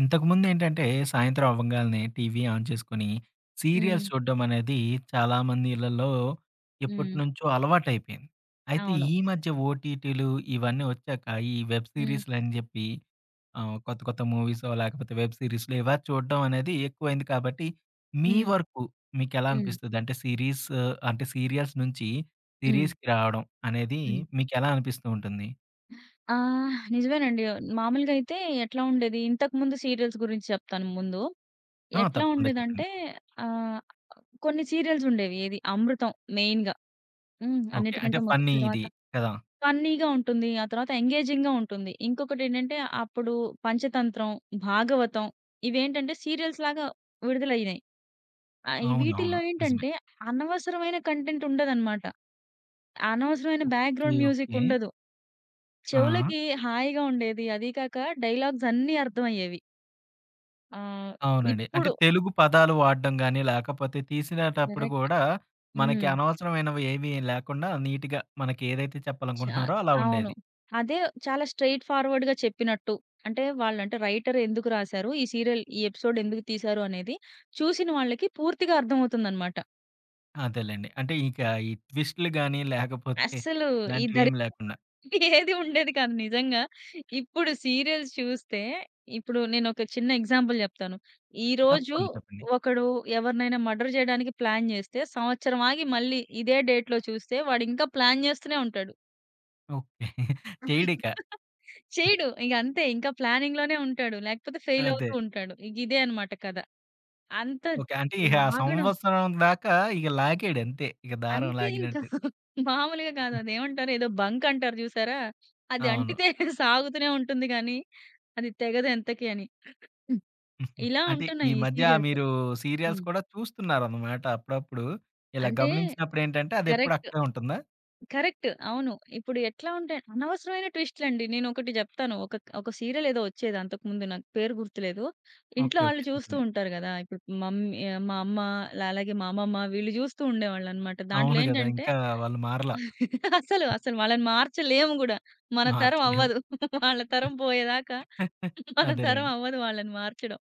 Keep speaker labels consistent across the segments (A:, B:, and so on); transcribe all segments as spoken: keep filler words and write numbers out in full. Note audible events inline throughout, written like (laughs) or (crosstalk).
A: ఇంతకుముందు ఏంటంటే, సాయంత్రం అవ్వంగాల్నే టీవీ ఆన్ చేసుకొని,
B: హ్మ్.
A: సీరియల్స్ చూడడం అనేది చాలామంది ఇళ్లల్లో
B: హ్మ్.
A: ఎప్పటినుంచో అలవాటైపోయింది. అయితే
B: అవును.
A: ఈ మధ్య ఓటీటీలు ఇవన్నీ వచ్చాక, ఈ వెబ్
B: హ్మ్.
A: సీరీస్‌లని జెప్పి ఆహ్, కొత్త కొత్త మూవీసో, లేకపోతే వెబ్ సీరీస్‌లో ఇలా చూడడం అనేది ఎక్కువైంది కాబట్టి, మీ
B: హ్మ్.
A: వరకు మీకెలా
B: హ్మ్.
A: అనిపిస్తది? అంటే సీరీస్ అంటే సీరియల్స్ నుంచి
B: హ్మ్.
A: సీరీస్‌కి రావడం అనేది
B: హ్మ్.
A: మీకెలా అనిపిస్తూ ఉంటుంది?
B: ఆహ్, నిజమేనండి. మామూలుగా అయితే ఎట్లా ఉండేది ఇంతకుముందు సీరియల్స్ గురించి చెప్తాను ముందు.
A: ఆ!
B: ఎట్లా
A: తప్పకుండా చెప్పండి.
B: ఉండేదంటే ఆహ్, కొన్ని సీరియల్స్ ఉండేవి. ఏది 'అమృతం' మెయిన్‌గా. హ్మ్.
A: ఓకే. అంటే
B: అన్నిటికంటే మొదటి
A: ఫన్నీ
B: తర్వాత
A: ఇది కదా!
B: ఫన్నీగా ఉంటుంది. ఆ తర్వాత ఎంగేజింగ్‌గా ఉంటుంది. ఇంకొకటేంటంటే అప్పుడు 'పంచతంత్రం', 'భాగవతం' ఇవేంటంటే సీరియల్స్ లాగా విడుదలయ్యినాయి. ఆహ్,
A: అవునవును.
B: వీటిల్లో
A: నిజమే.
B: ఏంటంటే అనవసరమైన కంటెంట్ ఉండదనమాట. అనవసరమైన
A: ఓకే.
B: Background
A: okay.
B: మ్యూజికుండదు.
A: ఆ!
B: చెవులకి హాయిగా ఉండేది. అదీ కాక డైలాగ్స్ అన్నీ అర్థమయ్యేవి. ఆహ్,
A: అవునండి. అంటే
B: ఇప్పుడు
A: తెలుగు పదాలు వాడడం గాని, లేకపోతే తీసినేటప్పుడు
B: కరెక్ట్.
A: గూడా మనకి
B: హ్మ్.
A: అనవసరమైనవి ఏమీ లేకుండా నీట్‌గా మనకి ఏదైతే
B: చా
A: చెప్పాలనుకుంటున్నారో అలా
B: అవును.
A: ఉండేది.
B: అదే చాలా స్ట్రెయిట్ ఫార్వర్డ్‌గా చెప్పినట్టు. అంటే వాళ్ళంటే రైటర్ ఎందుకు రాసారు? ఈ సీరియల్, ఈ ఎపిసోడ్ ఎందుకు తీశారు అనేది చూసిన వాళ్ళకి పూర్తిగా అర్థమవుతుందనమాట.
A: అదేలెండి. అంటే ఇక ఈ ట్విస్ట్‌లు గాని, లేకపోతే
B: అస్సలు ఈ దరిద్రం
A: ఇలాంటివేమి లేకుండా.
B: (laughs) ఏది ఉండేది కాదు నిజంగా. ఇప్పుడు సీరియల్స్ చూస్తే ఇప్పుడు నేనొక చిన్న ఎగ్జాంపుల్ జెప్తాను. ఈరోజు
A: తప్పకుండా
B: హ్మ్.
A: చెప్పండి.
B: ఒకడు ఎవరినైనా మర్డర్ జేయడానికి ప్లాన్ జేస్తే, సంవత్సరం ఆగి మళ్ళీ ఇదే డేట్‌లో చూస్తే వాడింకా ప్లాన్ జేస్తూనే ఉంటాడు.
A: ఓకే. చేయడిక.
B: (laughs) చేయడు. ఇగ అంతే ఇంకా ప్లానింగ్‌లోనే ఉంటాడు. లేకపోతే ఫెయిల్
A: అదే.
B: అవుతూ ఉంటాడు. ఇగిదే అన్నమాట కథ. అంత
A: ఓకే. అంటే ఇక ఆ
B: లాగడం
A: సంవత్సరం దాకా ఇక లాగాడు అంతే. ఇక దారం
B: అంతే ఇంకా.
A: లాగినట్టు.
B: మామూలుగా కాదు. అదేమంటారు ఏదో బంక్ అంటారు చూసారా? అది
A: అవును.
B: అంటితే (laughs) సాగుతూనే ఉంటుంది గానీ, అది తెగదు ఎంతకి అని. ఉమ్.
A: హ్మ్.
B: ఇలా
A: అంటే ఈ
B: ఉంటున్నాయి ఈ
A: మధ్య
B: సీరియల్స్.
A: మీరు సీరియల్స్
B: హ్మ్.
A: కూడా చూస్తున్నారన్నమాట అప్పుడప్పుడు. ఇలా
B: అంటే
A: గమనించినప్పుడేంటంటే అదెప్పుడు
B: కరెక్ట్.
A: అక్కడే ఉంటుందా?
B: కరెక్ట్. అవును. ఇప్పుడు ఎట్లా ఉంటాయి అనవసరమైన ట్విస్ట్‌లండి. నేనొకటి చెప్తాను. ఒక ఒక సీరియల్ ఏదో వచ్చేది అంతకుముందు నాకు పేరు గుర్తులేదు. ఇంట్లో
A: ఓకే.
B: వాళ్ళు
A: ఓకే.
B: చూస్తూ
A: చెప్పండి.
B: ఉంటారు కదా! ఇప్పుడు మమ్మీ ఆహ్, మా అమ్మ లా- అలాగే మా అమ్మమ్మ వీళ్ళు చూస్తూ ఉండేవాళ్ళనమాట. దాంట్లో
A: అవును గదా!
B: ఏంటంటే
A: ఇంకా వాళ్ళు మారలా.
B: అసలు, అసలు వాళ్ళని మార్చలేము గూడా. మన తరం
A: మార్చలేం.
B: అవ్వదు. వాళ్ళ తరం పోయేదాకా మన తరం
A: అదేలెండి.
B: అవ్వదు వాళ్ళని మార్చడం.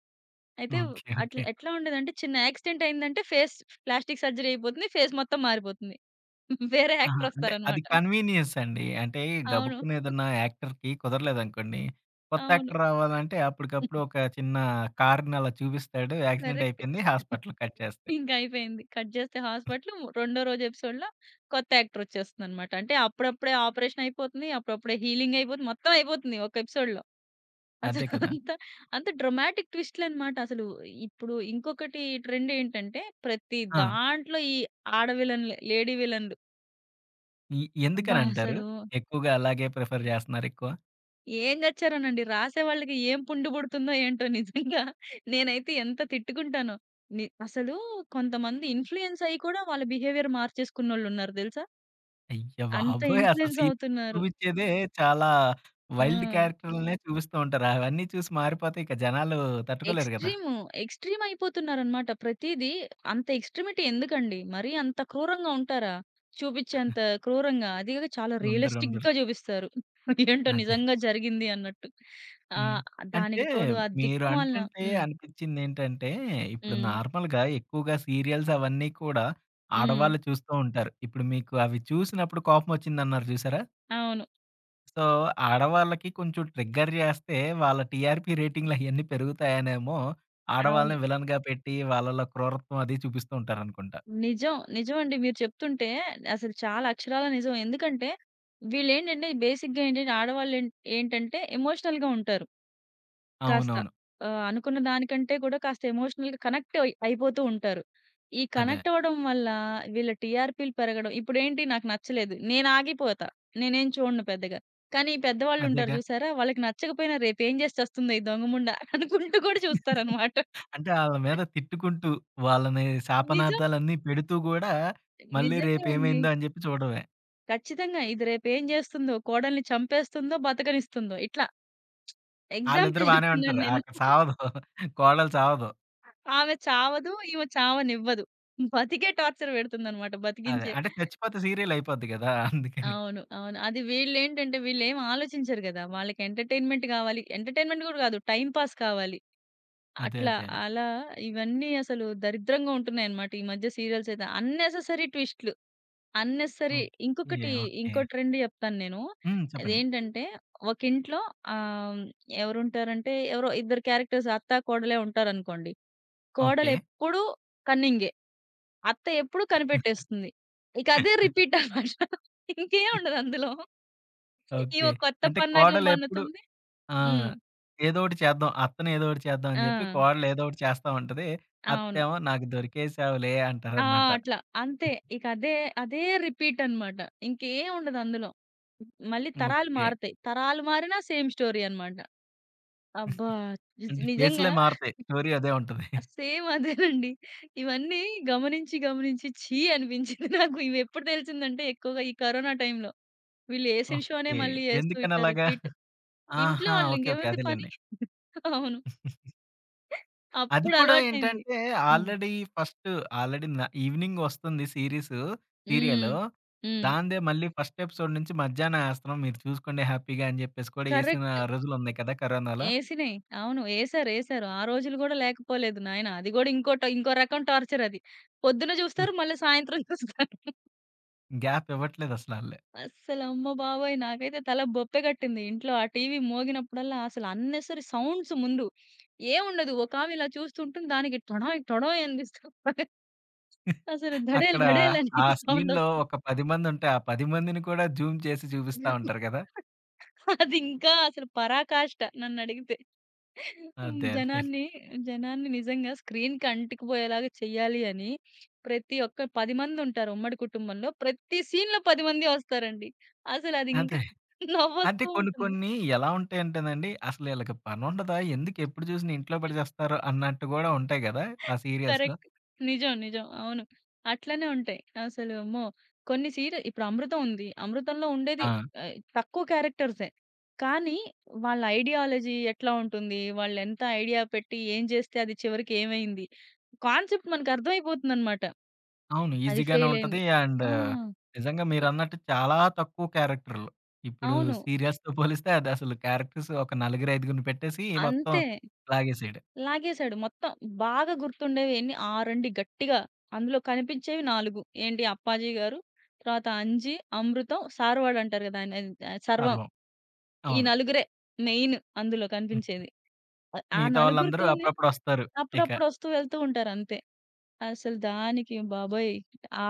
B: అయితే
A: ఓకే.
B: అట్లా
A: ఓకే.
B: ఎట్లా ఉండేదంటే చిన్న యాక్సిడెంట్ అయిందంటే ఫేస్ ప్లాస్టిక్ సర్జరీ అయిపోతుంది. ఫేస్ మొత్తం మారిపోతుంది. వేరే
A: ఆహా!
B: యాక్టర్
A: అంటే అది
B: వస్తారనమాట.
A: కన్వీనియన్స్ అండి. అంటే
B: అవును.
A: గబుక్కున ఏదన్నా యాక్టర్‌కి కుదరలేదనుకోండి. కొత్త
B: అవును.
A: యాక్టర్ రావాలంటే అప్పటికప్పుడు ఒక చిన్న కార్‌ని అలా చూపిస్తాడు. Accident
B: correct.
A: అయిపోయింది. హాస్పిటల్ కట్ చేస్తే.
B: ఇంక అయిపోయింది. కట్ జేస్తే హాస్పిటల్ రెండో రోజు ఎపిసోడ్‌లో కొత్త యాక్టర్ వచ్చేస్తుందనమాట. అంటే అప్పుడప్పుడే ఆపరేషన్ అయిపోతుంది. అప్పుడప్పుడే హీలింగ్ అయిపోతుంది. మొత్తం అయిపోతుంది ఒక ఎపిసోడ్‌లో.
A: అదే
B: అసలు
A: కదా!
B: అంత అంత డ్రమాటిక్ ట్విస్ట్‌లనమాట. అసలు ఇప్పుడు ఇంకొకటి ట్రెండ్ ఏంటంటే, ప్రతి
A: ఆ!
B: దాంట్లో ఈ ఆడ విలన్‌లే, లేడీ విలన్‌లు.
A: ఎ
B: అబ్బా!
A: ఎందుకనంటారు?
B: అసలు
A: ఎక్కువగా అలాగే ప్రిఫర్ జేస్తున్నారెక్కువ?
B: ఏం చచ్చారోనండి. రాసేవాళ్ళకి ఏం పుండు పుడుతుందో ఏంటో నిజంగా. నేనైతే ఎంత తిట్టుకుంటానో. ని అసలు కొంతమంది ఇన్‌ఫ్లూయెన్స్ అయ్యి కూడా వాళ్ళ బిహేవియర్ మార్చేసుకున్నోళ్ళున్నారు తెలుసా?
A: అయ్య
B: అంత
A: బాబోయ్! అసలు
B: ఇన్‌ఫ్లూయెన్స్
A: సీరియస్‌గా
B: అవుతున్నారు.
A: చూపించేదే చాలా
B: ఆ!
A: వైల్డ్ క్యారెక్టర్‌లనే చూపిస్తూ ఉంటారు. అవన్నీ చూసి మారిపోతే ఇక జనాలు తట్టుకోలేరు గదా!
B: ఎక్స్‌ట్రీము. ఎక్స్‌ట్రీమ్ అయిపోతున్నారనమాట. ప్రతీదీ అంత ఎక్స్‌ట్రీమిటీ ఎందుకండి? మరీ అంత క్రూరంగా ఉంటారా? చూపిచ్చేంత క్రూరంగా. అది గాక చాలా
A: ఉండరు. ఉండరు.
B: రియలిస్టిక్‌గా చూపిస్తారు. (laughs) ఏంటో
A: అదే.
B: నిజంగా జరిగింది అన్నట్టు.
A: హ్మ్.
B: ఆహ్,
A: అంటే
B: దానికి తోడు ఆ
A: మీరు
B: దిక్కుమాలిన
A: అంటుంటే
B: హ్మ్.
A: అనిపించిందేంటంటే, ఇప్పుడు
B: హ్మ్.
A: నార్మల్‌గా ఎక్కువగా సీరియల్స్ అవన్నీ కూడా
B: హ్మ్.
A: ఆడవాళ్ళు చూస్తూ ఉంటారు. ఇప్పుడు మీకు అవి చూసినప్పుడు కోపమొచ్చిందన్నారు చూసారా?
B: అవును.
A: సో, ఆడవాళ్ళకి కొంచెం ట్రిగ్గర్ జేస్తే, వాళ్ళ టీఆర్‌పీ రేటింగ్‌లయన్నీ పెరుగుతాయనేమో,
B: అవును.
A: ఆడవాళ్ళని విలన్‌గా పెట్టి, వాళ్ళలో క్రూరత్వం అది చూపిస్తూ ఉంటారనుకుంటా.
B: నిజం. నిజమండి. మీరు చెప్తుంటే అసలు చాలా అక్షరాల నిజం. ఎందుకంటే వీళ్ళేంటంటే బేసిక్‌గా ఏంటంటే ఆడవాళ్ళు ఏం ఏంటంటే ఎమోషనల్‌గా ఉంటారు. కాస్త
A: అవునవును.
B: ఆహ్, అనుకున్న దానికంటే కూడా కాస్త ఎమోషనల్‌గా కనెక్ట్ అయి అయిపోతూ ఉంటారు. ఈ
A: అదే.
B: కనెక్ట్ అవ్వడం వల్ల వీళ్ళ టీఆర్‌పీలు పెరగడం ఇప్పుడేంటి నాకు నచ్చలేదు. నేను ఆగిపోతా. నేనేం చూడను పెద్దగా. కానీ పెద్దవాళ్ళుంటారు
A: అదేగా!
B: చూసారా? వాళ్ళకి నచ్చకపోయినా రేపేం చేసి చస్తుందో ఈ దొంగముండ అనుకుంటూ కూడా చూస్తారనమాట.
A: అంటే ఆళ్ళ మీద తిట్టుకుంటూ, వాళ్ళని
B: నిజం.
A: శాపనార్థాలన్నీ పెడుతూ గూడా, మళ్ళీ
B: నిజంగా అండి.
A: రేపేమైందో అని జెప్పి చూడడమే.
B: ఖచ్చితంగా. ఇది రేపేం చేస్తుందో, కోడల్ని చంపేస్తుందో, బతకనిస్తుందో ఇట్లా
A: ఆళ్ళిద్దరూ
B: ఎగ్జాంపుల్
A: బానే
B: చెప్తున్నాను
A: ఉంటారు.
B: నేను.
A: అక్కడ సావదు. కోడలు సావదు.
B: ఆమె చావదు. ఈమె చావనివ్వదు. బతికే టార్చర్ పెడుతుందన్నమాట
A: అదే.
B: బతికించే.
A: అంటే చచ్చిపోతే సీరియలయిపోద్ది గదా! అందుకని.
B: అవును. అవును. అది వీళ్ళేంటంటే వీళ్ళేం ఆలోచించరు గదా! వాళ్ళకి ఎంటర్‌టైన్‌మెంట్ గావాలి. ఎంటర్‌టైన్‌మెంట్ గూడా గాదు. టైమ్ పాస్ కావాలి.
A: అదే. అదే
B: అట్లా
A: అండి.
B: అలా ఇవన్నీ అసలు దరిద్రంగా ఉంటున్నాయన్నమాట. ఈ మధ్య సీరియల్స్ అయితే. అన్నెసెసరీ ట్విస్ట్‌లు. Unnecessary
A: okay.
B: ఇంకొకటి
A: ఓకే.
B: ఇంకో ట్రెండ్ జెప్తాను నేను.
A: హ్మ్. చెప్పండి.
B: అదేంటంటే ఒక ఇంట్లో ఆహ్, ఎవరుంటారంటే ఎవరో ఇద్దరు క్యారెక్టర్స్ అత్త, కోడలే ఉంటారనుకోండి.
A: ఓకే.
B: కోడలెప్పుడూ కన్నింగే. అత్త ఎప్పుడు కనిపెట్టేస్తుంది. ఇక అదే రిపీట్ అన్నమాట. ఇంకేం ఉండదు అందులో. ఈమె
A: ఓకే.
B: కొత్త
A: అంటే
B: పన్నాగం
A: కోడలెప్పుడు
B: పన్నుతుంది.
A: ఆ!
B: హ్మ్.
A: ఏదోకటి చేద్దాం. అత్తని ఏదోకటి చేద్దాం
B: ఆ!
A: అని జెప్పి కోడలు ఏదోకటి చేస్తా ఉంటది.
B: అవును.
A: అత్తేమో నాకు దొరికేసావులే
B: ఆ!
A: అంటారనమాట.
B: అట్లా. అంతే. ఇక అదే, అదే రిపీట్ అన్నమాట. ఇంకేం ఉండదు అందులో. మళ్ళీ తరాలు
A: ఓకే.
B: మారతాయి. తరాలు మారినా సేమ్ స్టోరీ అన్నమాట. అబ్బా! నిజ
A: అంటే
B: నిజంగా
A: ఫేసులే మారతాయి. స్టోరీ అదే ఉంటది.
B: సేమ్ అదేనండి. ఇవన్నీ గమనించి, గమనించి ఛీ! అనిపించింది నాకు. ఇవి ఎప్పుడు తెలిసిందంటే ఎక్కువగా ఈ కరోనా టైంలో. వీళ్ళు ఏసిన షోనే
A: ఓకే.
B: మళ్ళీ ఏస్తూ
A: ఎందుకని
B: ఇట్లా
A: అలాగా?
B: రిపీట్ ఇంట్లో
A: ఆహా!
B: వాళ్ళు
A: ఓకే. ఓకే.
B: ఇంకేముంది పని?
A: అదేలెండి.
B: అవును.
A: అది
B: అప్పుడు
A: కూడా
B: అలవాటయింది.
A: ఏంటంటే
B: హ్మ్.
A: ఆల్రెడీ ఫస్ట్ ఆల్రెడీ న ఈవినింగ్ వస్తుంది సీరీసు,
B: హ్మ్.
A: సీరియలు.
B: హ్మ్.
A: దానిదే మళ్ళీ ఫస్ట్ ఎపిసోడ్ నుంచి మధ్యాహ్నం ఏస్తున్నాం. మీరు చూసుకోండి హ్యాపీగా అని జెప్పేసి కూడా ఏసిన
B: కరెక్ట్.
A: రోజులున్నాయి కదా! కరోనాలో.
B: ఏసినయి. అవును. ఏసారు. ఏసారు. ఆ రోజులు గూడా లేకపోలేదు నాయన. అది గూడా ఇంకో ట ఇంకో రకం టార్చర్ అది. పొద్దున జూస్తారు, మళ్ళీ సాయంత్రం జూస్తారు.
A: గ్యాప్ ఇవ్వట్లేదసల ఆళ్ళు.
B: అస్సలు అమ్మ బాబోయ్! నాకైతే తల బొప్పే గట్టింది. ఇంట్లో ఆ టీవీ మోగినప్పుడల్లా అసలు అన్నెసెసరీ సౌండ్స్ ముందు. ఏముండదు. ఒకామె ఇలా చూస్తుంటుంది. దానికి టొడాయ్ టొడాయ్ అనిపిస్తూ అసలు ధడేల్
A: అక్కడ
B: ధడేల్ అని
A: ఆ సీన్‌లో
B: సౌండొస్తుంది.
A: ఒక పది మందుంటే, ఆ పది మందిని కూడా జూమ్ చేసి చూపిస్తా ఉంటారు కదా!
B: అదింకా అసలు పరాకాష్ట నన్నడిగితే. హ్మ్.
A: అదే. అదే.
B: జనాన్ని, జనాన్ని నిజంగా స్క్రీన్‌కి అంటుకుపోయేలాగా చెయ్యాలి అని ప్రతి ఒక్క పది మందుంటారు ఉమ్మడి కుటుంబంలో. ప్రతి సీన్‌లో పది మంది వస్తారండి. అసలదింకా
A: అదే.
B: (laughs)
A: అంటే
B: నవ్వొస్తూ
A: కొన్ని
B: ఉంటుంది.
A: కొన్ని ఎలా ఉంటాయంటేనండి, అసలు ఈళ్ళకి పనుండదా? ఎందుకు ఎప్పుడు చూసినా ఇంట్లో పడేసేస్తారు అన్నట్టు గూడా ఉంటాయి గదా! ఆ సీరియల్స్‌లో.
B: కరెక్ట్. నిజం. నిజం. అవును. అట్లనే ఉంటాయి. అసలు అమ్మో! కొన్ని సీరి ఇప్పుడు 'అమృతం' ఉంది. 'అమృతంలో' ఉండేది
A: ఆ!
B: ఆహ్, తక్కువ క్యారెక్టర్సే. కానీ వాళ్ళ ఐడియాలజీ ఎట్లా ఉంటుంది? వాళ్ళెంత ఐడియా పెట్టి ఏం జేస్తే అది చివరికి ఏమైంది? కాన్సెప్ట్ మనకు అర్థమైపోతుందన్నమాట.
A: అవును.
B: అది
A: ఈజీగానే
B: ఫెయిల్
A: ఉంటది.
B: అయింది.
A: అండ్
B: ఆ!
A: నిజంగా
B: ఎ
A: మీరన్నట్టు చాలా తక్కువ క్యారెక్టర్‌లు. ఇప్పుడు
B: అవును.
A: సీరియల్స్‌తో పోలిస్తే అదసలు క్యారెక్టర్స్ ఒక నలుగురు, ఐదుగురిని పెట్టేసి మొత్తం
B: అంతే.
A: లాగేసేయడం.
B: లాగేశాడు మొత్తం. బాగా గుర్తుండేవి ఎన్ని ఆరండి గట్టిగా. అందులో కనిపించేవి నలుగురు ఏంటి 'అప్పాజీ గారు', తర్వాత 'అంజి', 'అమృతం', 'సార్వాడు' అంటారు కదా! ఆయన ఆహ్, 'సర్వం'
A: సర్వం.
B: ఈ
A: అవును.
B: నలుగురే మెయిన్ అందులో కనిపించేది. అ ఆ
A: మిగతా వాళ్ళందరూ
B: నలుగురితోనే
A: అప్పుడప్పుడొస్తారు ఇక.
B: అప్పుడప్పుడు ఒస్తూ వెళ్తూ ఉంటారంతే. అసలు దానికి బాబోయ్!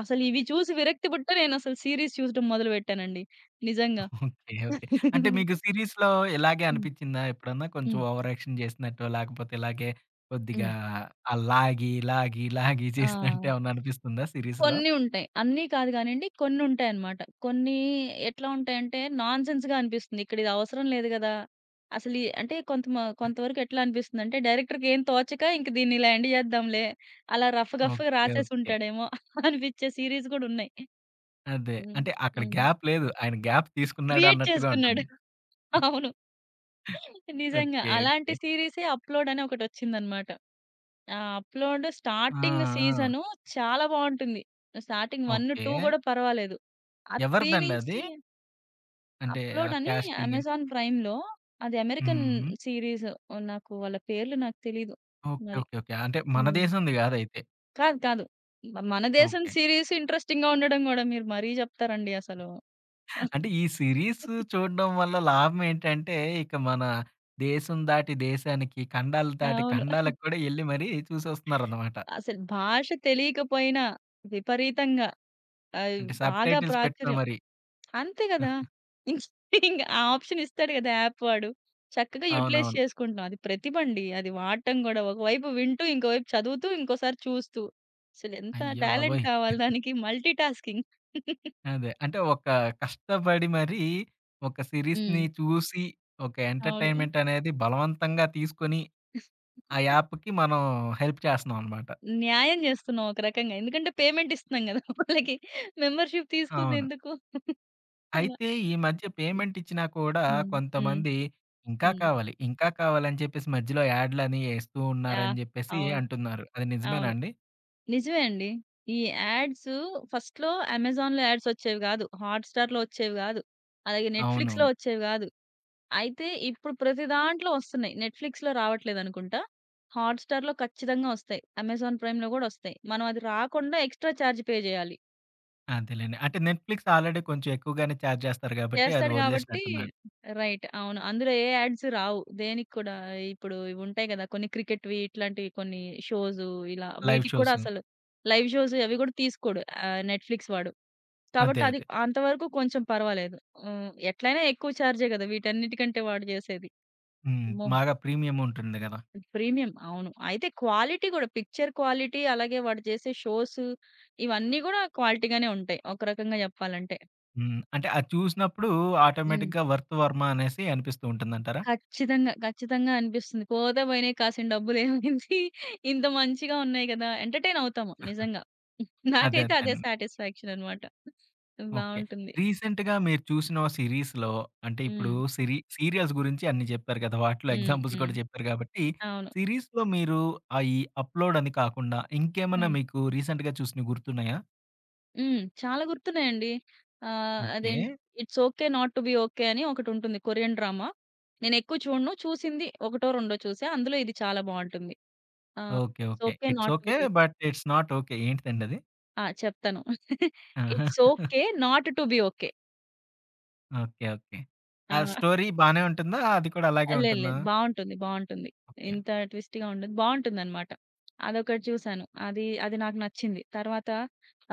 B: అసలు ఇవి చూసి విరక్తి పుట్ట నేనసలు సీరీస్ చూడడం మొదలుపెట్టానండి నిజంగా.
A: ఓకే. ఓకే. అంటే మీకు
B: (laughs)
A: సీరీస్‌లో ఇలాగే
B: హ్మ్.
A: అనిపిచ్చిందా ఎప్పుడన్నా? కొంచెం
B: హ్మ్.
A: ఓవర్ యాక్షన్ జేసినట్టో, లేకపోతే ఇలాగే కొద్దిగా
B: హ్మ్.
A: ఆ లాగి, లాగి, లాగి
B: ఆ!
A: చేసినట్టు ఏమన్నా అనిపిస్తుందా సీరీస్‌లో?
B: కొన్ని ఉంటాయి. అన్నీ కాదు గానండి. కొన్నుంటాయన్నమాట. కొన్ని ఎట్లా ఉంటాయంటే నాన్‌సెన్స్‌గా అనిపిస్తుంది. ఇక్కడిది అవసరం లేదు గదా! అసలీ అంటే కొంత మ కొంతవరకు ఎట్లా అనిపిస్తుందంటే డైరెక్టర్‌కేం తోచక ఇంక దీన్ని ఇలా ఎండ్ జేద్దాంలే. అలా రఫ్ గఫ్‌గా
A: ఓకే. ఓకే.
B: రాసేసుంటాడేమో (laughs) అనిపిచ్చే సీరీస్ గూడున్నాయి.
A: అదే.
B: హ్మ్.
A: అంటే అక్కడ
B: హ్మ్.
A: గ్యాప్ లేదు. ఆయన గ్యాప్
B: (laughs)
A: తీసుకున్నాడు
B: క్రియేట్
A: అన్నట్టుగా
B: చేసుకున్నాడు.
A: ఉంటుంది.
B: (laughs) అవును. నిజంగా.
A: ఓకే.
B: అలాంటి
A: ఓకే.
B: సీరీసే 'అప్‌లోడ్' అని ఒకటొచ్చిందన్నమాట. ఆ! అప్‌లోడ్
A: ఆ!
B: స్టార్టింగ్
A: ఆ!
B: సీజను చాలా బావుంటుంది. Starting one,
A: okay.
B: టూ గూడా పర్వాలేదు. ఆ త్రీ
A: ఎవరిదండి అది?
B: నుంచి
A: అంటే ఆ
B: అప్‌లోడ్ అని
A: కాస్టింగ్ గాని.
B: అమెజాన్ ప్రైమ్‌లో అది అమెరికన్
A: హ్మ్.
B: సీరీస్ నాకు వాళ్ళ పేర్లు నాకు తెలీదు
A: ఓకే.
B: మరి.
A: ఓకే. ఓకే. అంటే మన
B: హ్మ్.
A: దేశంది గాదైతే.
B: కాదు. కాదు. మ మన దేశం
A: ఓకే.
B: సీరీస్ ఇంట్రెస్టింగ్‌గా ఉండడం గూడా మీరు మరీ జెప్తారండి అసలు.
A: అంటే ఈ సీరీస్ చూడడం వల్ల లాభం ఏంటంటే, ఇక మన దేశం దాటి దేశానికి, ఖండాలు దాటి
B: అవును.
A: ఖండాలకు కూడా ఎళ్లి మరీ చూసొస్తున్నారనమాట.
B: అసలు భాష తెలియకపోయినా విపరీతంగా ఆహ్,
A: అంటే
B: బాగా
A: సబ్‌టైటిల్స్ పెట్టుకొని
B: ప్రాచుర్యం
A: మరి.
B: అంతే గదా! ఇంక ఇంగ ఆ ఆప్షన్ ఇస్తాడు గదా! యాప్ వాడు. చక్కగా యుటిలైజ్
A: అవునవును.
B: చేసుకుంటున్నాం. అది ప్రతిభండి. అది వాడటం గూడా ఒకవైపు వింటూ, ఇంకోవైపు చదువుతూ, ఇంకోసారి చూస్తూ. అసలెంత
A: అయ్య
B: టాలెంట్
A: బాబోయ్!
B: కావాలి దానికి మల్టీ టాస్కింగ్.
A: అదే. అంటే ఒక కష్టపడి మరీ ఒక
B: హ్మ్.
A: సీరీస్‌ని చూసి, ఒక
B: అవును.
A: ఎంటర్‌టైన్‌మెంట్ అనేది బలవంతంగా తీసుకొని, ఆ యాప్‌కి మనం హెల్ప్ చేస్తున్నామనమాట.
B: న్యాయం జేస్తున్నాం ఒక రకంగా. ఎందుకంటే పేమెంట్ ఇస్తున్నాం గదా! వాళ్ళకి. మెంబర్‌షిప్
A: అవును.
B: తీసుకుందెందుకు? అలా.
A: అయితే ఈ మధ్య
B: హ్మ్.
A: పేమెంట్ ఇచ్చినా కూడా
B: హ్మ్. హ్మ్.
A: కొంతమంది ఇంకా
B: హ్మ్.
A: కావాలి, ఇంకా కావాలని చెప్పేసి మధ్యలో యాడ్‌లని ఎస్తూ
B: యాహ్!
A: ఉన్నారని జెప్పేసి
B: అవును.
A: అంటున్నారు. అది నిజమేనా
B: అవును.
A: అండి?
B: నిజమే అండి. ఈ యాడ్స్ ఫస్ట్‌లో అమెజాన్‌లో యాడ్స్ వచ్చేవి గాదు. హాట్‌స్టార్‌లో వచ్చేవి గాదు. అలాగే నెట్‌ఫ్లిక్స్‌లో
A: అవునవును.
B: వచ్చేవి గాదు. అయితే ఇప్పుడు ప్రతి దాంట్లో వస్తున్నాయి. నెట్‌ఫ్లిక్స్‌లో రావట్లేదనుకుంటా. హాట్‌స్టార్‌లో ఖచ్చితంగా వస్తాయి. అమెజాన్ ప్రైమ్‌లో గూడా వస్తాయి. మనం అది రాకుండా ఎక్స్‌ట్రా చార్జ్ పే జేయాలి.
A: అదేలెండి. అంటే నెట్‌ఫ్లిక్స్ ఆల్రెడీ కొంచెం ఎక్కువగానే చార్జ్ జేస్తారు గాబట్టి అది
B: చేస్తాడు గాబట్టి
A: వదిలేసినట్టున్నాడు.
B: రైట్. అవును. అందులో ఏ యాడ్స్ రావు. దేనికి కూడా ఇప్పుడు ఇవుంటాయి గదా! కొన్ని క్రికెట్‌వి ఇట్లాంటివి కొన్ని షోసు ఇలా
A: లైవ్
B: వీటికి కూడా
A: షోస్.
B: అసలు లైవ్ షోస్ అవి గూడా తీసుకోడు. ఆహ్, నెట్‌ఫ్లిక్స్ వాడు. కాబట్టి
A: అదే.
B: అది
A: అదే.
B: అంతవరకు కొంచెం పర్వాలేదు. హ్మ్. ఎట్లైనా ఎక్కువ చార్జే గదా! వీటన్నిటికంటే వాడు జేసేది.
A: హ్మ్.
B: అమ్మో!
A: బాగా ప్రీమియం ఉంటుంది గదా!
B: ప్రీమియం అవును. అయితే క్వాలిటీ గూడా పిక్చర్ క్వాలిటీ అలాగే వాడు జేసే షోసు ఇవన్నీ గూడా క్వాలిటీగానే ఉంటాయి. ఒక రకంగా జెప్పాలంటే.
A: హ్మ్. అంటే అది చూసినప్పుడు
B: హ్మ్.
A: ఆటోమేటిక్‌గా వర్త్ వర్మ అనేసి అనిపిస్తూ ఉంటుందంటారా?
B: ఖచ్చితంగా. ఖచ్చితంగా అనిపిస్తుంది. పోతే పోయినయి కాసిన డబ్బులేమైంది? ఇంత మంచిగా ఉన్నాయి గదా! ఎంటర్‌టైన్ అవుతాము నిజంగా.
A: అదే.
B: నాకైతే
A: అదే.
B: అదే సాటిస్ఫాక్షన్ అనమాట.
A: ఓకే.
B: బావుంటుంది.
A: రీసెంట్‌గా మీరు చూసిన సిరీస్‌లో అంటే
B: హ్మ్.
A: ఇప్పుడు సిరీ సీరియల్స్ గురించి అన్ని చెప్పారు కదా! వాటిలో
B: హ్మ్.
A: ఎగ్జాంపుల్స్
B: హ్మ్.
A: కూడా చెప్పారు కాబట్టి,
B: అవును.
A: సిరీస్‌లో మీరు ఆహ్, ఈ అప్‌లోడ్ అని కాకుండా
B: ఆ!
A: ఇంకేమన్నా మీకు రీసెంట్‌గా చూసినవి గుర్తున్నాయా?
B: హ్మ్. చాలా గుర్తున్నాయండి. ఆహ్,
A: ఓకే.
B: అదేంటి 'it's okay not to be okay' అని ఒకటుంటుంది కొరియన్ డ్రామా. నేనెక్కువ చూడను. చూసింది ఒకటో, రెండో చూసా. అందులో ఇది చాలా బావుంటుంది. ఆ!
A: Okay.
B: 'It's
A: okay.
B: Okay
A: it's
B: not to
A: okay.
B: Be okay.'
A: But it's not okay. ఏంటిదండి అది?
B: ఆ! చెప్తాను. (laughs)
A: (laughs) ఆహా!
B: 'It's okay not to be okay.'
A: Okay. Okay.
B: ఆ!
A: ఆ స్టోరీ బానే ఉంటుందా? అది కూడా అలాగే
B: లేదు
A: ఉంటుందా?
B: లేదు. బావుంటుంది. బావుంటుంది.
A: ఓకే.
B: ఇంత ట్విస్ట్‌గా ఉండదు. బావుంటుందనమాట. అదొకటి చూసాను. అది, అది నాకు నచ్చింది. తర్వాత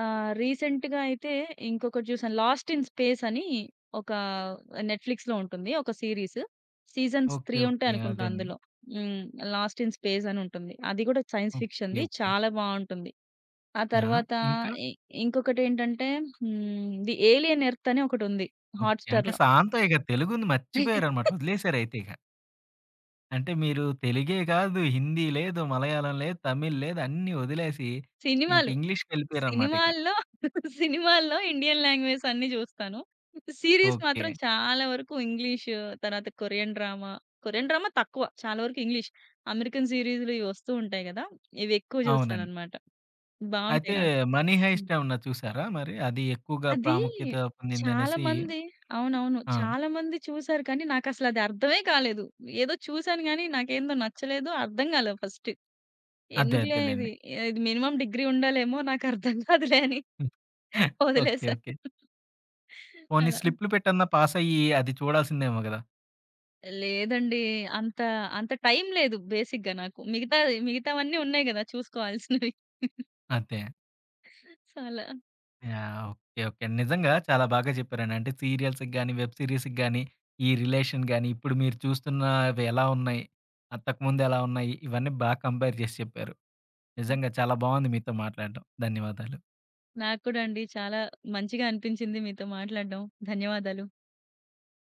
B: ఆహ్, రీసెంట్‌గా అయితే ఇంకొకటి చూసాను. 'లాస్ట్ ఇన్ స్పేస్' అని ఒక నెట్‌ఫ్లిక్స్‌లో ఉంటుంది. ఒక సీరీస్. Seasons
A: okay.
B: మూడు ఉంటాయి
A: ఓకే.
B: అనుకుంటా
A: అదేనండి.
B: అందులో. హ్మ్. 'లాస్ట్ ఇన్ స్పేస్' అని ఉంటుంది. అది కూడా సైన్స్
A: ఓకే.
B: ఫిక్షన్‌ది.
A: ఓకే.
B: చాలా బావుంటుంది. ఆ
A: ఆ!
B: తర్వాత
A: ఇంకా?
B: ఇ ఇంకొకటేంటంటే హ్మ్. 'ది ఏలియన్ ఎర్త్' అని ఒకటుంది
A: ఓకే. అంటే
B: హాట్‌స్టార్‌లో.
A: సాంతో ఇక తెలుగుని మర్చిపోయారనమాట. వదిలేసారు అయితే ఇక. అంటే మీరు తెలుగే కాదు, హిందీ లేదు, మలయాళం లేదు, తమిళ్ లేదు అన్నీ వదిలేసి ఇంక
B: సినిమాలు.
A: ఇంగ్లీష్‌కెళ్ళిపోయారనమాట ఇక.
B: సినిమాల్లో (laughs) సినిమాల్లో ఇండియన్ లాంగ్వేజ్ అన్నీ జూస్తాను. Series
A: okay.
B: మాత్రం చాలా వరకు ఇంగ్లీషు, తర్వాత కొరియన్ డ్రామా, కొరియన్ డ్రామా తక్కువ. చాలా వరకు ఇంగ్లీష్. అమెరికన్ సీరీస్‌లు ఇవి వస్తూ ఉంటాయి గదా! ఇవి ఎక్కువ
A: అవునండి.
B: జూస్తానన్నమాట. బావుంటాయి
A: అయితే
B: నాకు.
A: 'మనీ
B: హ్మ్.
A: హైస్ట్' ఏమన్నా చూసారా మరి? అది ఎక్కువగా
B: అది
A: ప్రాముఖ్యత
B: చాలా
A: పొందిందనేసి
B: మంది అవునవును.
A: ఆ!
B: చాలా మంది చూసారు కానీ నాకసలు అది అర్థమే కాలేదు. ఏదో చూసాను గానీ నాకేందో నచ్చలేదు. అర్థం గాలేదు ఫస్ట్.
A: అదే
B: ఎందుకులే
A: అదేలెండి.
B: ఇది, ఇది మినిమమ్ డిగ్రీ ఉండాలేమో నాకర్థం కాదులే అని
A: (laughs) ఓకే.
B: వదిలేసా.
A: ఓకే. పోనీ
B: అలా.
A: స్లిప్‌లు పెట్టన్నా పాసయ్యి అది చూడాల్సిందేమో గదా!
B: లేదండి. అంత, అంత టైం లేదు బేసిక్‌గా నాకు. మిగతా మిగతావన్నీ ఉన్నాయి గదా! చూసుకోవాల్సినవి.
A: అదే.
B: సో, అలా.
A: యాహ్! ఓకే. ఓకే. నిజంగా చాలా బాగా చెప్పారండి. అంటే సీరియల్స్‌కి గాని, వెబ్ సీరీస్‌కి గాని, ఈ రిలేషన్ గాని, ఇప్పుడు మీరు చూస్తున్నవి ఎలా ఉన్నాయి? అంతకుముందు ఎలా ఉన్నాయి? ఇవన్నీ బాగా కంపేర్ చేసి చెప్పారు. నిజంగా చాలా బాగుంది మీతో మాట్లాడడం. ధన్యవాదాలు.
B: నాకు కూడా అండి చాలా మంచిగా అనిపించింది మీతో మాట్లాడడం. ధన్యవాదాలు.